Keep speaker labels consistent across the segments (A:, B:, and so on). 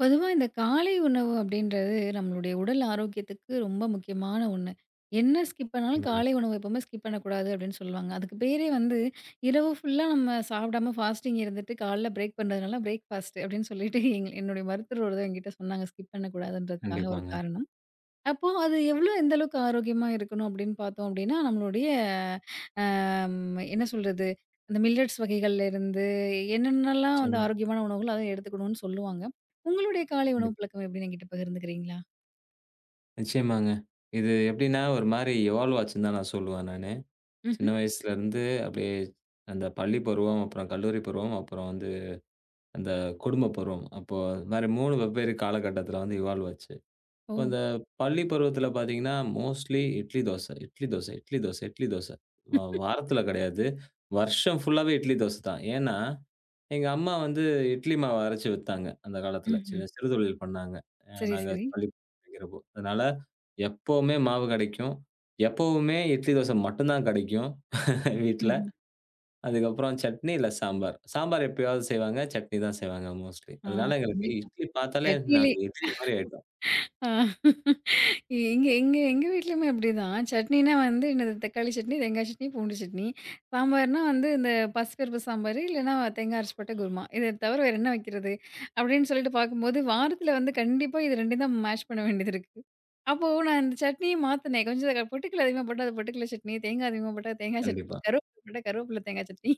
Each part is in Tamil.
A: பொதுவா இந்த காலை உணவு அப்படின்றது நம்மளுடைய உடல் ஆரோக்கியத்துக்கு ரொம்ப முக்கியமான ஒண்ணு. என்ன ஸ்கிப் பண்ணாலும்
B: நிச்சயமாங்க,
A: காலை உணவு எப்பவுமே ஸ்கிப் பண்ணக்கூடாது அப்படின்னு சொல்லுவாங்க. அதுக்கு பேரே வந்து இரவு ஃபுல்லா நம்ம சாப்பிடாம ஃபாஸ்டிங் இருந்துட்டு காலைல பிரேக் பண்ணுறதுனால பிரேக் ஃபாஸ்ட் அப்படின்னு சொல்லிட்டு என்னுடைய மருத்துவர் ஒருத்தர் என்கிட்ட சொன்னாங்க ஸ்கிப் பண்ணக்கூடாதுன்றதுக்காக ஒரு
B: கண்டிப்பாங்க.
A: காரணம். அப்போ அது எந்த அளவுக்கு ஆரோக்கியமா இருக்கணும் அப்படின்னு பார்த்தோம் அப்படின்னா, நம்மளுடைய என்ன சொல்றது? அந்த மில்லட்ஸ் வகைகள்ல இருந்து என்னென்னலாம் வந்து
B: நிச்சயமா,
A: ஆரோக்கியமான உணவுகள் அத எடுத்துக்கணும்னு சொல்லுவாங்க. உங்களுடைய காலை உணவு
B: கண்டிப்பா.
A: பழக்கம் எப்படின்னு என்கிட்ட பகிர்ந்துக்கிறீங்களா?
B: நிச்சயமாங்க. இது எப்படின்னா, ஒரு மாரி எவால்வ் ஆச்சுன்னு தான் நான் சொல்லுவேன் நானு. சின்ன
A: ம்ஹ்ம்.
B: வயசுலருந்து அப்படியே அந்த பள்ளி பருவம், அப்புறம் கல்லூரி பருவம், அப்புறம் வந்து அந்த குடும்ப பருவம். அப்போ இது மாரி 3 வெவ்வேறு காலகட்டத்துல வந்து இவால்வ் ஆச்சு.
A: ஓ!
B: இப்போ அந்த பள்ளி பருவத்துல பார்த்தீங்கன்னா, மோஸ்ட்லி இட்லி தோசை, இட்லி தோசை, இட்லி தோசை, இட்லி தோசை. வா வாரத்துல கிடையாது. வருஷம் ஃபுல்லாவே இட்லி தோசை தான். ஏன்னா எங்க அம்மா வந்து இட்லி மாவு அரைச்சு வித்தாங்க. அந்த காலத்துல.
A: ம்ஹ்ம்.
B: சின்ன சிறு தொழில் பண்ணாங்க.
A: சரி,
B: நாங்க
A: சரி.
B: பள்ளி படிக்கிறப்போ. அதனால எப்பவுமே மாவு கிடைக்கும். எப்பவுமே இட்லி, தோசை மட்டும் தான் கிடைக்கும் வீட்ல.
A: ம்ஹ்ம்.
B: அதுக்கப்புறம் சட்னி இல்ல சாம்பார். சாம்பார் எப்பயாவது செய்வாங்க. சட்னி தான் செய்வாங்க மோஸ்ட்லி.
A: ஆ.
B: அதனால எங்களுக்கு
A: கண்டிப்பா.
B: இட்லி பார்த்தாலே
A: சட்னியிலே
B: நாங்க இட்லி மாரி ஆயிட்டோம்.
A: ஆ. எங்க எங்க எங்க வீட்லயுமே அப்படிதான். சட்னினா வந்து என்னது தக்காளி சட்னி, தேங்காய் சட்னி, பூண்டு சட்னி. சாம்பார்னா வந்து இந்த பசுப்பருப்பு சாம்பாரு, இல்லன்னா தேங்காய் அரைச்சு போட்ட குருமா. இத தவிர வேற என்ன வைக்கிறது? அப்படின்னு சொல்லிட்டு பார்க்கும்போது, வாரத்துல வந்து கண்டிப்பா இது 2யும் தான் மேஷ் பண்ண வேண்டியது இருக்கு. அப்போ நான் இந்த சட்னிய மாத்துனேன். கொஞ்சம் பொட்டுக்கல்ல அதிகமா போட்டா, அது பொட்டுக்கல்ல சட்னி, தேங்காய் அதிகமா போட்டா, தேங்காய் சட்னி,
B: கண்டிப்பா.
A: கருவேப்பில போட்டா, கருவேப்பில தேங்காய் சட்னி.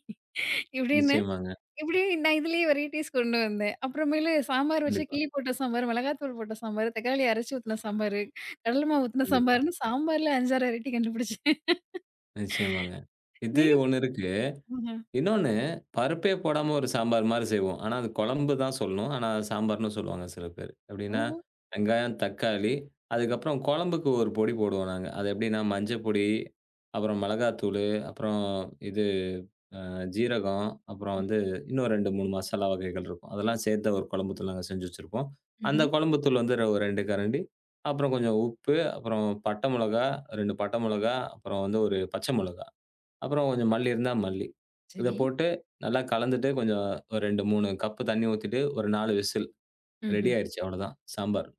A: இப்படின்னு
B: நிச்சயமாங்க.
A: இப்படி நான் இதுலயே வெரைட்டீஸ் கொண்டு வந்தேன். அப்புறமேலு சாம்பார் வச்சு
B: கண்டிப்பா,
A: கிள்ளி போட்ட சாம்பார், மிளகாத்தூள் போட்ட சாம்பார், தக்காளி அரைச்சு ஊத்துன சாம்பாரு, கடல மாவு ஊத்துன
B: கண்டிப்பா.
A: சாம்பார்ன்னு சாம்பார்ல 5, 6 வெரைட்டி கண்டுபிடிச்சேன்.
B: நிச்சயமாங்க. இது
A: நீங்க
B: ஒண்ணு இருக்கு.
A: ஆஹா.
B: இன்னொன்னு, பருப்பே போடாம ஒரு சாம்பார் மாரி செய்வோம். ஆனா, அது குழம்பு தான் சொல்லணும். ஆனா, அத சாம்பார்ன்னு சொல்லுவாங்க சில பேர். எப்படின்னா,
A: ஓஹோ!
B: வெங்காயம், தக்காளி, அதுக்கப்புறம் குழம்புக்கு ஒரு பொடி போடுவோம் நாங்க. அது எப்படின்னா, மஞ்சள் பொடி, அப்புறம் மிளகாத்தூளு, அப்புறம் இது ஜீரகம், அப்புறம்
A: ம்ஹ்ம்.
B: வந்து இன்னும் 2, 3 மசாலா வகைகள் இருக்கும். அதெல்லாம் சேர்த்த ஒரு குழம்புத்தூள் நாங்க செஞ்சு வச்சிருப்போம். அந்த
A: ம்ஹ்ம்.
B: குழம்புத்தூள் வந்து ஒரு 2 கரண்டி, அப்புறம் கொஞ்சம் உப்பு, அப்புறம் பட்டை மிளகா, 2 பட்டை மிளகா, அப்புறம் வந்து ஒரு பச்சை மிளகா. அப்புறம் கொஞ்சம் மல்லி இருந்தா மல்லி. இத
A: சரி.
B: போட்டு நல்லா கலந்துட்டு, கொஞ்சம் ஒரு 2, 3 கப்பு தண்ணீ ஊத்திட்டு, ஒரு 4 விசில் ரெடி
A: ம்ஹ்ம்.
B: ஆயிருச்சு அவ்வளோதான் சாம்பார்.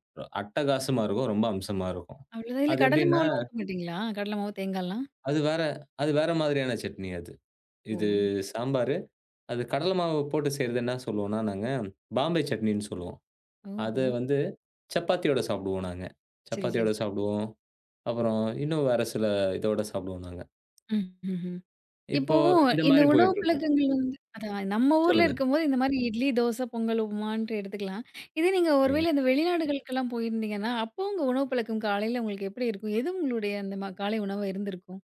B: அட்டகாசமா இருக்கும். ரொம்ப அம்சமா இருக்கும்.
A: அவ்வளோதான். இல்ல
B: அது
A: கடல
B: எப்படின்னா,
A: மாவுலாம் ஊத்த மாட்டீங்களா? கடல மாவு, தேங்காய்லாம்?
B: அது வேற அது வேற மாதிரியான சட்னி அது.
A: ஓ!
B: இது சாம்பாரு. அது கடல மாவு போட்டு செய்றது என்ன சொல்லுவோம்னா, நாங்க பாம்பே சட்னின்னு சொல்லுவோம். அத
A: ஓஹோ!
B: வந்து சப்பாத்தியோட சாப்பிடுவோம் நாங்க.
A: சரி, சரி,
B: சப்பாத்தியோட
A: சரி.
B: சாப்பிடுவோம். அப்புறம் இன்னும் வேற சில இதோட சாப்பிடுவோம் நாங்க.
A: ம். ம்ஹ்ம். இப்போ
B: இப்போ இந்த
A: இந்த
B: மாரி
A: உணவு
B: போயிட்டுருக்கும்.
A: பழக்கங்கள் வந்து அதான் நம்ம ஊர்ல
B: சொல்லுங்க.
A: இருக்கும்போது இந்த மாரி இட்லி, தோசை, பொங்கல், உப்புமான்ட்டு எடுத்துக்கலாம். இதே நீங்க
B: சரிங்க.
A: ஒருவேளை இந்த வெளிநாடுகளுக்கெல்லாம் போயிருந்தீங்கன்னா, அப்போ உங்க உணவு பழக்கம் காலையில உங்களுக்கு எப்படி இருக்கும்? எது உங்களுடைய அந்த காலை உணவா இருந்திருக்கும்?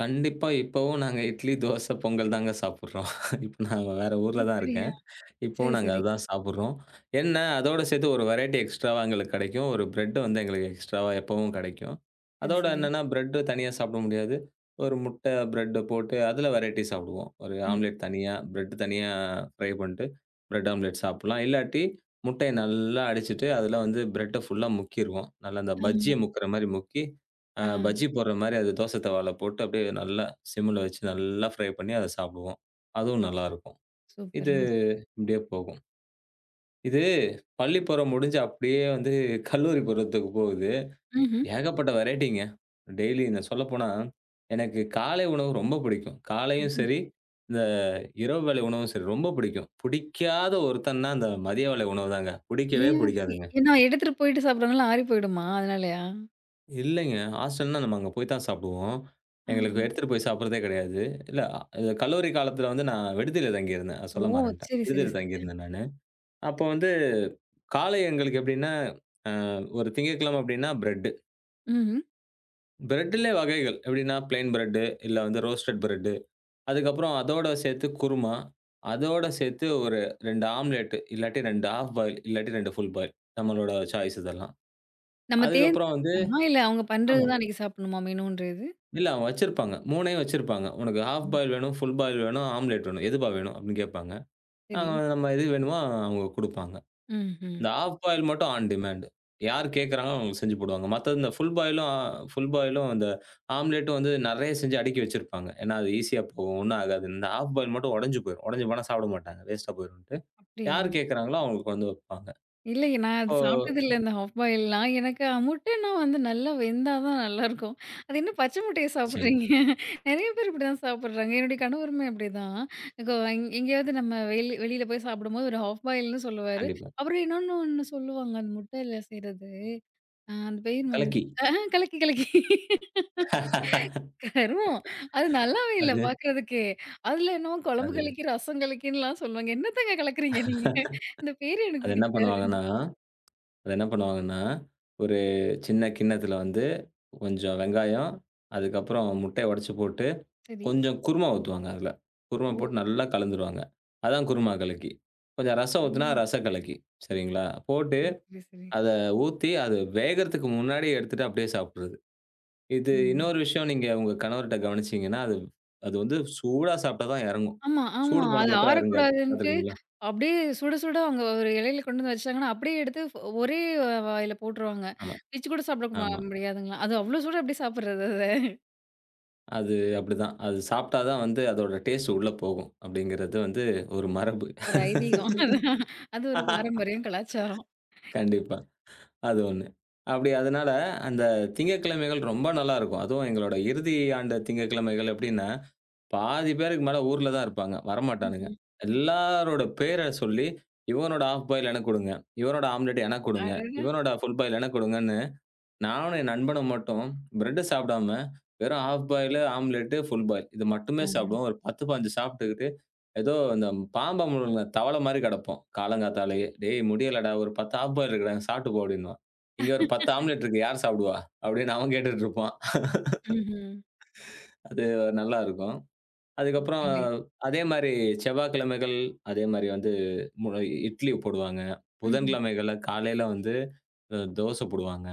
B: கண்டிப்பா இப்பவும் நாங்க இட்லி, தோசை, பொங்கல் தாங்க சாப்பிடுறோம். இப்ப நான் வேற ஊர்ல தான்
A: அப்படியா?
B: இருக்கேன். இப்பவும்
A: சரி,
B: நாங்க
A: சரி.
B: அதுதான் சாப்பிடுறோம். என்ன அதோட சேர்த்து ஒரு வெரைட்டி எக்ஸ்ட்ராவா எங்களுக்கு கிடைக்கும். ஒரு பிரெட் வந்து எங்களுக்கு எக்ஸ்ட்ராவா எப்பவும் கிடைக்கும்.
A: சரி,
B: அதோட
A: சரி.
B: என்னன்னா பிரெட் தனியா சாப்பிட முடியாது. ஒரு முட்டை பிரெட் போட்டு அதுல வெரைட்டி சாப்பிடுவோம். ஒரு
A: ம்.
B: ஆம்லெட் தனியா, பிரெட் தனியா ஃப்ரை பண்ணிட்டு பிரெட் ஆம்லெட் சாப்பிடலாம். இல்லாட்டி முட்டைய நல்லா அடிச்சுட்டு அதுல வந்து பிரெட்ட ஃபுல்லா முக்கிருவோம். நல்லா அந்த
A: ஆமா.
B: பஜ்ஜிய முக்குற மாரி முக்கி,
A: ஆ.
B: பஜ்ஜி போடுற மாரி அது தோசை தவால போட்டு அப்படியே நல்லா சிம்ல வச்சு நல்லா ஃப்ரை பண்ணி அத சாப்பிடுவோம். அதுவும் நல்லாருக்கும். இது
A: சூப்பருங்க.
B: இப்படியே போகும். இது பள்ளி பருவம் முடிஞ்சு அப்படியே வந்து கல்லூரி பருவத்துக்கு போகுது.
A: ம்ஹ்ம்.
B: ஏகப்பட்ட வெரைட்டிங்க. டெய்லி நான் சொல்லப்போனா, எனக்கு காலை உணவு ரொம்ப பிடிக்கும். காலையும் சரி, இந்த இரவு வேளை உணவும் சரி ரொம்ப பிடிக்கும். பிடிக்காத ஒருத்தன்னா அந்த மதிய வேளை உணவு தாங்க. பிடிக்கவே
A: ஏன் அப்படி?
B: பிடிக்காதுங்க.
A: ஏன்னா எடுத்துட்டு போயிட்டு சாப்பிடுறவங்கலாம் ஆறி போயிடுமா? அதனாலயா?
B: இல்லைங்க. ஹாஸ்டல்னா நம்ம அங்க போய் தான் சாப்பிடுவோம். எங்களுக்கு
A: ஆ.
B: எடுத்துட்டு போய் சாப்பிடுறதே கிடையாது. இல்ல, கல்லூரி காலத்துல வந்து நான் விடுதியில தங்கியிருந்தேன். அத
A: ஓ!
B: சொல்ல மறந்துட்டேன்.
A: சரி, சரி,
B: விடுதியில
A: சரி. ஆ.
B: தங்கியிருந்தேன் நானு. அப்போ வந்து காலை எங்களுக்கு எப்படின்னா, அ ஒரு திங்கட்கிழமை அப்படின்னா பிரெட்டு.
A: ம்ஹ்ம்.
B: பிரெட்டுலே வகைகள். எப்படின்னா பிளெயின் பிரெட்டு, இல்ல வந்து ரோஸ்டட் பிரெட்டு. அதுக்கப்புறம் அதோட சேர்த்து குருமா. அதோட சேர்த்து ஒரு 2 ஆம்லெட், இல்லாட்டி 2 ஹாஃப் பாயில், இல்லாட்டி 2 ஃபுல் பாயில். நம்மளோட சாய்ஸ் இதெல்லாம்.
A: நம்ம
B: அதுக்கப்புறம் வந்து
A: தேர்ந்தெடுக்கலாமா? இல்ல அவங்க பண்றது
B: ஆமா.
A: தான் அன்னைக்கு சாப்பிடணுமா மெனுன்றது?
B: இல்ல அவங்க வச்சிருப்பாங்க. 3யும் வச்சிருப்பாங்க. "உனக்கு ஹாஃப்
A: ம்.
B: பாயில் வேணும், ஃபுல் பாயில் வேணும், ஆம்லெட் வேணும். எதுப்பா வேணும்?" அப்படின்னு கேட்பாங்க.
A: சரி.
B: நாங்க நம்ம எது வேணுமோ அவங்க குடுப்பாங்க.
A: ம்ஹ்ம்.
B: இந்த ஹால்ஃப் பாயில் மட்டும் ஆன் டிமாண்ட். யார் கேட்கறாங்களோ அவங்களுக்கு செஞ்சு போடுவாங்க. மத்தது இந்த ஃபுல் பாயிலும் இந்த ஆம்லேட்டும் வந்து நெறைய செஞ்சு அடுக்கி வச்சிருப்பாங்க. ஏன்னா அது ஈஸியா போகும். ஒண்ணும் ஆகாது. இந்த ஹால்ஃப் பாயில் மட்டும் உடைஞ்சு போயிரும். உடைஞ்சு போனா சாப்பிட மாட்டாங்க. வேஸ்ட்டா போயிரும்ன்ட்டு.
A: அப்படியா?
B: யார் கேட்கறாங்களோ அவங்களுக்கு வந்து வைப்பாங்க.
A: இல்லையே நான் அது
B: இப்போ
A: சாப்பிட்டதில்ல இந்த ஹாஃப் பாயில்லாம். எனக்கு முட்டைன்னா வந்து நல்லா வெந்தா தான் நல்லாருக்கும். அது என்ன பச்சை முட்டைய
B: நிச்சயமா.
A: சாப்பிடுறீங்க? நெறைய பேர் இப்படிதான் சாப்பிடுறாங்க. என்னுடைய கணவருமே அப்படிதான். கோ எங் எங்கேயாவது நம்ம வெளியில போய் சாப்பிடும்போது ஒரு ஹாஃப் பாயில்னு சொல்லுவாரு.
B: கண்டிப்பா.
A: அப்புறம் ஒண்ணு சொல்லுவாங்க அந்த முட்டையில செய்றது. அந்த பேர் வந்து
B: கலக்கி.
A: கலக்கி கலக்கி. கருமம். அது நல்லாவே இல்ல
B: அது
A: பார்க்கறதுக்கே. அதுல என்னமோ குழம்பு
B: அது
A: கலக்கி, ரசம் கலக்கின்னுலாம் சொல்லுவாங்க. என்னத்தங்க கலக்குறீங்க நீங்க? இந்த பேரு எனக்கு
B: அது என்ன
A: பிடிக்கல.
B: பண்ணுவாங்கன்னா அது என்ன பண்ணுவாங்கன்னா, ஒரு சின்ன கிண்ணத்துல வந்து கொஞ்சம் வெங்காயம், அதுக்கப்புறம் முட்டைய உடைச்சு போட்டு
A: சரி.
B: கொஞ்சம் குருமா ஊத்துவாங்க அதுல. குருமா
A: ஓ!
B: போட்டு நல்லா கலந்துருவாங்க. அதான் குருமா கலக்கி. கொஞ்சம் ரசம்
A: ஆ.
B: ஊத்துனா ரச கலக்கி. சரிங்களா? போட்டு
A: சரி, சரி, சரி.
B: அத ஊத்தி, அது வேகறதுக்கு முன்னாடி எடுத்துட்டு அப்படியே சாப்பிடுறது. இது
A: ம்.
B: இன்னொரு விஷயம் நீங்க உங்க கணவர்ட்ட கவனிச்சீங்கன்னா, அது அது வந்து சூடா சாப்பிட்டா தான் இறங்கும்.
A: ஆமா, ஆமா.
B: சூடு
A: அது
B: போனதுக்கு அப்புறம் இறங்காது.
A: ஆறக்கூடாதுன்ட்டு
B: பார்த்துருக்கீங்களா?
A: அப்படியே சுட சுட அவங்க ஒரு இலையில கொண்டு வந்து வச்சுட்டாங்கன்னா, அப்படியே எடுத்து ஒரே வாயில போட்டுருவாங்க.
B: ஆமா,
A: பிச்சு கூட சாப்பிட
B: ஆமா.
A: முடியாதுங்களாம். அது அவ்ளோ சுட எப்படி சாப்பிடுறது அத?
B: அது அப்படிதான். அது சாப்பிட்டா தான் வந்து அதோட டேஸ்ட் உள்ள போகும். அப்படிங்கிறது வந்து ஒரு மரபு.
A: ஒரு ஐதீகம். அதான். அது ஒரு பாரம்பரியம், கலாச்சாரம்.
B: கண்டிப்பா. அது ஒண்ணு. அப்படி அதனால அந்த திங்கட்கிழமைகள் ரொம்ப நல்லா இருக்கும். அதுவும் எங்களோட இறுதி ஆண்டு திங்கட்கிழமைகள் எப்படின்னா, பாதி பேருக்கு மேல ஊர்ல தான் இருப்பாங்க. வரமாட்டானுங்க.
A: ம்ஹ்ம்.
B: எல்லாரோட பேர சொல்லி, இவனோட ஹாஃப் பாயில் எனக்கு குடுங்க. இவனோட ஆம்லெட் எனக்கு குடுங்க.
A: அடடா!
B: இவனோட ஃபுல் பாயில் எனக்கு குடுங்கன்னு, நானும் என் நண்பனும் மட்டும் பிரெட் சாப்பிடாம, வெறும் half boil, omelette, full boil இது மட்டுமே
A: ஆ.
B: சாப்பிடுவோம். ஒரு 10, 15 சாப்பிட்டுக்கிட்டு ஏதோ அந்த பாம்ப முழுங்குன தவள மாரி கெடப்போம். காலங்காத்தாலயே, "டேய் முடியலடா ஒரு 10 ஆஃப் பாயில் இருக்குடா சாப்ட்டு போ" அப்படின்னுவான். இங்க ஒரு 10 ஆம்லெட் இருக்கு யார் சாப்பிடுவா? அப்படின்னு அவன் கேட்டுட்டு இருப்பான். அது நல்லா இருக்கும். அதுக்கப்புறம்
A: ம்ஹ்ம்.
B: அதே மாரி செவ்வாய்க்கிழமைகள் அதே மாரி வந்து மு இட்லி போடுவாங்க.
A: ம்ஹ்ம்.
B: புதன்கிழமைகள்ல காலையில வந்து தோசை போடுவாங்க.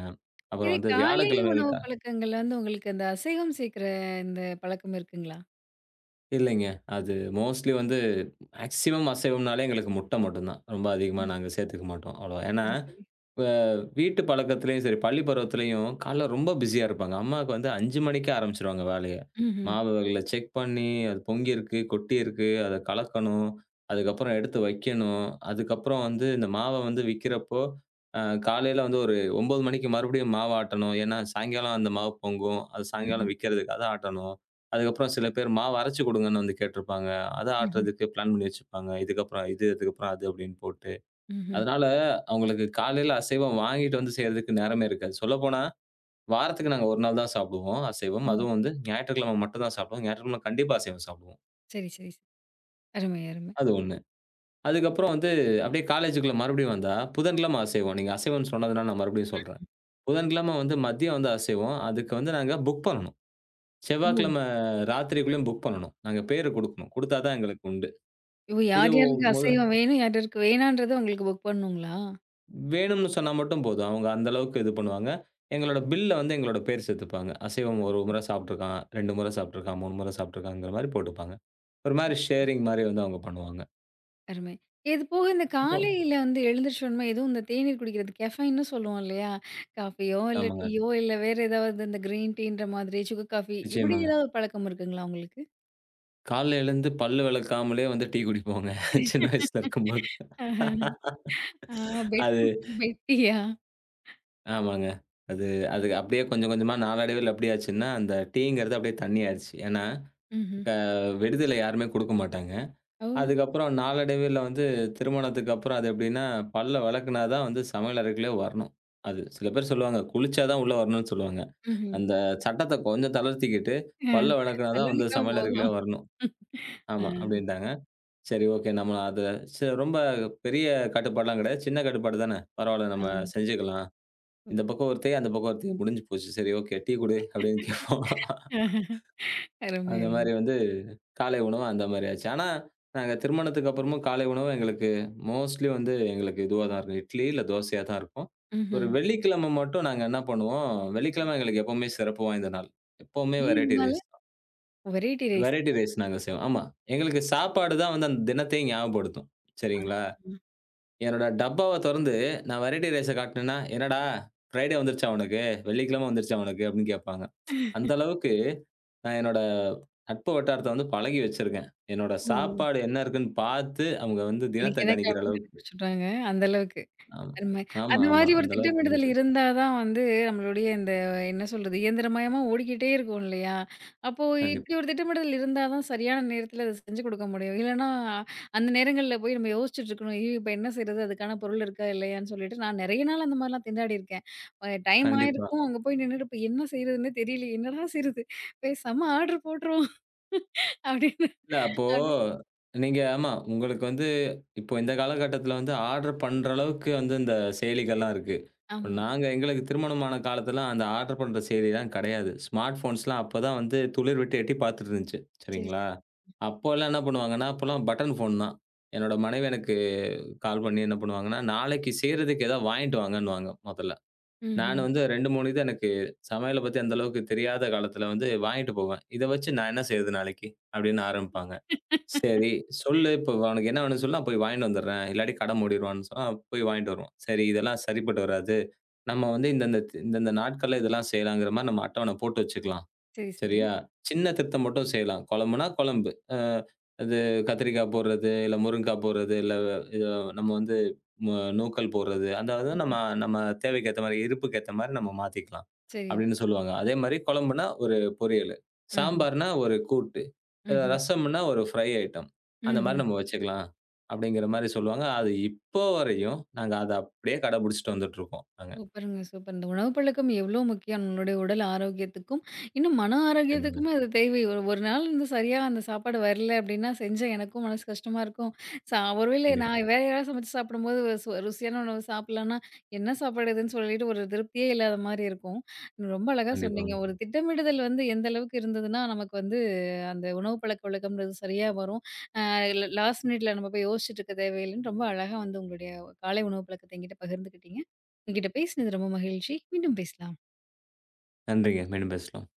B: அப்புறம்
A: இதே
B: வந்து
A: காலை
B: வியாழக்கிழமைகள்
A: உணவு பழக்கங்கள்ல வந்து உங்களுக்கு அந்த அசைவம் சேர்க்கிற இந்த பழக்கம் இருக்குங்களா?
B: இல்லைங்க. அது மோஸ்ட்லி வந்து மேக்ஸிமம் அசைவம்னாலே எங்களுக்கு முட்டை மட்டும் தான். ரொம்ப அதிகமா
A: ஓ!
B: நாங்க சேர்த்துக்க மாட்டோம் அவ்வளவா. ஏன்னா
A: சரி, சரி.
B: இப்ப வீட்டு பழக்கத்திலயும் சரி, பள்ளி பருவத்திலயும் காலைல ரொம்ப பிஸியா இருப்பாங்க. அம்மாவுக்கு வந்து 5 மணிக்கே ஆரம்பிச்சுருவாங்க வேலைய.
A: ம்ஹ்ம்.
B: மாவு வகைகள செக் பண்ணி, அது பொங்கியிருக்கு, கொட்டியிருக்கு, அத கலக்கணும். அதுக்கப்புறம் எடுத்து வைக்கணும். அதுக்கப்புறம் வந்து இந்த மாவ வந்து விக்கிறப்போ, அ காலையில வந்து ஒரு 9 மணிக்கு மறுபடியும் மாவு ஆட்டணும். ஏன்னா, சாயங்காலம் அந்த மாவு பொங்கும். அது
A: ம்ஹ்ம்.
B: சாயங்காலம் விக்கிறதுக்கு அத ஆட்டணும். அதுக்கப்புறம் சில பேர் மாவு அரைச்சு குடுங்கன்னு வந்து கேட்டிருப்பாங்க. அத
A: ம்ஹ்ம்.
B: ஆட்டுறதுக்கு பிளான் பண்ணி வச்சுப்பாங்க. இதுக்கப்புறம் இது, இதுக்கப்புறம் அது அப்படின்னு போட்டு.
A: ம்ஹ்ம்.
B: அதனால அவங்களுக்கு காலையில அசைவம் வாங்கிட்டு வந்து செய்றதுக்கு நேரமே இருக்காது. சொல்லப்போனா வாரத்துக்கு நாங்க 1 நாள் தான் சாப்பிடுவோம் அசைவம்.
A: ஓ!
B: அதுவும் வந்து ஞாயிற்றுக்கிழமை மட்டும் தான் சாப்பிடுவோம். ஞாயிற்றுக்கிழமை கண்டிப்பா அசைவம் சாப்பிடுவோம்.
A: சரி, சரி, சரி. அருமை, அருமை.
B: அது 1. அதுக்கப்புறம் வந்து அப்படியே காலேஜுக்குள்ள மறுபடியும் வந்தா, புதன்கிழமை அசைவம். நீங்க அசைவம்ன்னு சொன்னதுனால நான் மறுபடியும் சொல்றேன். புதன்கிழமை வந்து மதியம் வந்து அசைவம். அதுக்கு வந்து நாங்க புக் பண்ணணும்.
A: ஓ!
B: செவ்வாய்க்கிழமை ராத்திரிக்குள்ளயும் புக் பண்ணணும். நாங்க பேரு குடுக்கணும். குடுத்தா தான் எங்களுக்கு உண்டு.
A: ஓ!
B: இது
A: யார் யாருக்கு அசைவம் வேணும், யார் யாருக்கு வேணான்றத உங்களுக்கு புக் பண்ணுங்களா?
B: வேணும்னு சொன்னா மட்டும் போதும். அவங்க அந்த அளவுக்கு இது பண்ணுவாங்க. எங்களோட பில்ல வந்து எங்களோட பேர் சேர்த்துப்பாங்க. அசைவம் 1 முறை சாப்பிட்டுருக்கான், 2 முறை சாப்பிட்டுருக்கான், 3 முறை சாப்பிட்டுருக்கான்ங்கிற மாரி போட்டுப்பாங்க. ஒரு
A: சரி,
B: மாரி
A: சரி.
B: ஷேரிங் மாரி வந்து அவங்க பண்ணுவாங்க.
A: அருமை. இது போக இந்த
B: இப்போ
A: காலையில வந்து எழுந்திரிச்ச உடனே எதுவும் இந்த தேநீர் குடிக்கிறது கெஃபைன்னு சொல்லுவோம் இல்லையா? காஃபியோ, இல்ல
B: ஆமாங்க.
A: டீயோ, இல்ல வேற ஏதாவது இந்த கிரீன் டீன்ற மாதிரி சுகர் காஃபி இப்படி
B: நிச்சயமாங்க.
A: ஏதாவது பழக்கம் இருக்குங்களா உங்களுக்கு?
B: காலைல எழுந்து பல்லு விளக்காமலே வந்து டீ குடிப்போங்க. சின்ன வயசுல இருக்கும்போது.
A: ஆஹ. ఆ! பெட்
B: அது
A: குட்டி பெட்டியா?
B: ஆமாங்க. அது அது அப்படியே கொஞ்சம் கொஞ்சமா நாளடைவில எப்படி ஆச்சுன்னா, அந்த டீங்கிறது அப்படியே தண்ணி ஆயிருச்சு. ஏன்னா,
A: హుహు.
B: க விடுதியில யாருமே குடுக்க மாட்டாங்க.
A: ஓ!
B: அதுக்கப்புறம் நாளடைவில வந்து திருமணத்துக்கு அப்புறம் அது எப்படின்னா, பல்ல வெளக்குனா தான் வந்து சமையல் அறைக்குள்ளே வரணும். அது சில பேர் சொல்லுவாங்க, குளிச்சா தான் உள்ள வரணும்னு சொல்லுவாங்க.
A: హుహు.
B: அந்த சட்டத்த கொஞ்சம் தளர்த்திக்கிட்டு,
A: ஆ.
B: பல்ல வெளக்குனா தான் வந்து
A: பல்லளிக்காம
B: சமையல் அறைக்குள்ளே
A: போதும்.
B: வரணும்.
A: ஆ,
B: ஆமா அப்படின்ட்டாங்க. சரி ஓகே நம்ம அத ரொம்ப பெரிய கட்டுப்பாடுலாம் கிடையாது. சின்ன கட்டுப்பாடு தானே, பரவால்ல
A: ஆ.
B: நம்ம செஞ்சுக்கலாம். இந்த பக்கம்
A: ஓகே.
B: ஒருத்தி, அந்த பக்கம் ஒருத்தி முடிஞ்சு போச்சு. சரி ஓகே டீ குடு அப்படின்னு கேட்போம்.
A: அருமை, அருமை.
B: அந்த மாரி வந்து காலை உணவு அந்த மாரி ஆச்சு. ஆனா, நாங்க திருமணத்துக்கு அப்புறமும் காலை உணவு எங்களுக்கு மோஸ்ட்லி வந்து எங்களுக்கு இதுவா தான் இருக்கும். இட்லி இல்ல தோசையா தான் இருக்கும். ஒரு
A: ம்ஹ்ம்.
B: வெள்ளிக்கிழமை மட்டும் நாங்க என்ன பண்ணுவோம், வெள்ளிக்கிழமை எங்களுக்கு எப்பவுமே சிறப்பு வாய்ந்த நாள். எப்பவுமே
A: ஏன்
B: வெரைட்டி
A: இதனால?
B: ரைஸ் தான்.
A: Variety rice.
B: வெரைட்டி ரைஸ் நாங்க செய்வோம். ஆமா. எங்களுக்கு சாப்பாடு தான் வந்து அந்த தினத்தையும் ஞாபகப்படுத்தும்.
A: ஆ.
B: சரிங்களா? என்னோட டப்பாவ தொறந்து நான் வெரைட்டி ரைஸ காட்டுனேன்னா, "என்னடா ஃப்ரைடே வந்துருச்சா உனக்கு? வெள்ளிக்கிழமை வந்துருச்சா உனக்கு?" அப்படின்னு கேட்பாங்க. அந்த அளவுக்கு நான் என்னோட நட்பு வட்டாரத்த வந்து பழகி வச்சிருக்கேன். என்னோட
A: ஓ!
B: சாப்பாடு என்ன இருக்குன்னு பார்த்து, அவங்க வந்து தினத்த
A: இன்னைக்கு என்ன
B: கணிக்கிற
A: கிழமைன்னு
B: அளவுக்கு.
A: கண்டுபிடிச்சுட்டாங்க. அந்த அளவுக்கு.
B: ஆமா.
A: அருமை.
B: ஆமா,
A: அந்த
B: ஆமா.
A: மாரி ஒரு
B: அந்த அளவுக்கு
A: திட்டமிடுதல்
B: கணிச்சு
A: இருந்தா
B: வச்சிருக்கேன்.
A: தான் வந்து, நம்மளுடைய இந்த என்ன சொல்றது? இயந்திரமயமா ஓடிக்கிட்டே இருக்கும் இல்லையா? அப்போ இப்படி
B: கண்டிப்பா,
A: ஒரு திட்டமிடுதல் இருந்தா தான் சரியான நேரத்தில அத செஞ்சு குடுக்க முடியும். இல்லன்னா, அந்த நேரங்கள்ல போய் நம்ம யோசிச்சுட்டு இருக்கணும். ஐயோ! இப்ப என்ன செய்றது? அதுக்கான பொருள் இருக்கா? இல்லையான்னு சொல்லிட்டு, நான் நெறைய நாள் அந்த மாரிலாம் திண்டாடி இருக்கேன். டைம்
B: கண்டிப்பா.
A: ஆயிருக்கும். அங்க போய் நின்னுட்டு இப்ப என்ன செய்றதுன்னே தெரியலையே! என்னடா செய்றது? பேசாம ஆர்டர் போட்டுருவோம். அப்படின்னு
B: இல்ல அப்போ
A: அப்படி
B: நீங்க ஆமா உங்களுக்கு வந்து இப்போ இந்த காலகட்டத்தில வந்து ஆர்டர் பண்ற அளவுக்கு வந்து இந்த செயலிகள்லாம் இருக்கு. இப்ப
A: ஆமா.
B: நாங்க எங்களுக்கு திருமணமான காலத்தில அந்த ஆர்டர் பண்ற செயலிலாம் கிடையாது. ஸ்மார்ட் ஃபோன்ஸ்லாம் அப்ப தான் வந்து துளிர் விட்டு எட்டி பார்த்துட்டு இருந்துச்சு.
A: சரி,
B: சரிங்களா?
A: சரி.
B: அப்போலாம் என்ன பண்ணுவாங்கன்னா, அப்போலாம் பட்டன் ஃபோன் தான். என்னோட மனைவி எனக்கு கால் பண்ணி என்ன பண்ணுவாங்கன்னா, "நாளைக்கு செய்றதுக்கு ஏதாவது வாங்கிட்டு வாங்கன்னுவாங்க" மொதல்ல.
A: ம்ஹ்ம்.
B: நான் வந்து 2, 3 இது எனக்கு சமையல பத்தி அந்த அளவுக்கு தெரியாத காலத்தில வந்து வாங்கிட்டு போவேன். "இத வச்சு நான் என்ன செய்றது நாளைக்கு?" அப்படின்னு ஆரம்பிப்பாங்க. சரி. சொல்லு இப்போ அவனுக்கு என்ன வேணும்னு சொல்லு, நான் போய் வாங்கிட்டு வந்துடுறேன். இல்லாட்டி கடை மூடிருவான்னு சொன்னா, போய் வாங்கிட்டு வருவான். சரி இதெல்லாம் சரிப்பட்டு வராது. நம்ம வந்து இந்தந்த இந்தந்த நாட்கள்ல இதெல்லாம் செய்யலாங்கிற மாரி நம்ம அட்டவணை போட்டு வச்சுக்கலாம்.
A: சரி, சரி.
B: சரியா? சின்ன திருத்தம் மட்டும் செய்யலாம். குழம்புனா குழம்பு. அது கத்திரிக்காய் போடுறது, இல்ல முருங்கா போடுறது, இல்ல இது நம்ம வந்து ம நூக்கல் போடுறது. அதாவது நம்ம
A: ம்ஹ்ம்.
B: நம்ம தேவைக்கு ஏத்த மாரி, இருப்புக்கு ஏத்த மாரி நம்ம மாத்திக்கலாம்
A: சரி,
B: அப்படின்னு
A: ஓகே.
B: சொல்லுவாங்க. அதே மாரி குழம்புனா ஒரு பொரியலு,
A: ம்ஹ்ம்.
B: சாம்பார்னா ஒரு கூட்டு,
A: ம்ஹ்ம்.
B: ரசம்னா ஒரு ஃப்ரை ஐட்டம். அந்த மாரி
A: ம்ஹ்ம்.
B: நம்ம வச்சுக்கலாம் அப்படிங்கிற மாரி சொல்லுவாங்க. அது இப்போ வரையும் நாங்க அத அப்படியே கடைபிடிச்சுட்டு வந்துட்டுருக்கோம் நாங்க.
A: சூப்பருங்க, சூப்பர். இந்த உணவு பழக்கம் எவ்ளோ முக்கியம் நம்மளுடைய உடல் ஆரோக்கியத்துக்கும், இன்னும் மன ஆரோக்கியத்துக்குமே அது தேவை. ஒரு ஒரு நாள் வந்து சரியா அந்த சாப்பாடு வரல அப்டின்னா, செஞ்ச எனக்கும் மனசு கஷ்டமா இருக்கும். ஒருவேளை
B: கண்டிப்பாங்க.
A: நான் வேற யாராவது சமைச்சு சாப்பிடும்போது ஒரு ருசியான உணவு சாப்பிடலன்னா, என்ன சாப்பாடு இதுன்னு சொல்லிட்டு ஒரு திருப்தியே இல்லாத மாரி இருக்கும். நீங்க ரொம்ப அழகா சொன்னீங்க.
B: கண்டிப்பாங்க.
A: ஒரு திட்டமிடுதல் வந்து எந்த அளவுக்கு இருந்ததுன்னா, நமக்கு வந்து அந்த உணவு பழக்கவழக்கம்ன்றது சரியா வரும். லாஸ்ட் மினிட்ல நம்ம போய் யோசிச்சுட்டு இருக்க தேவையில்லைன்னு ரொம்ப அழகா வந்து உங்களுடைய காலை உணவு பழக்கத்தை என்கிட்ட பகிர்ந்துக்கிட்டீங்க. உங்ககிட்ட பேசினது ரொம்ப மகிழ்ச்சி. மீண்டும் பேசலாம்.
B: நன்றிங்க. மீண்டும் பேசலாம்.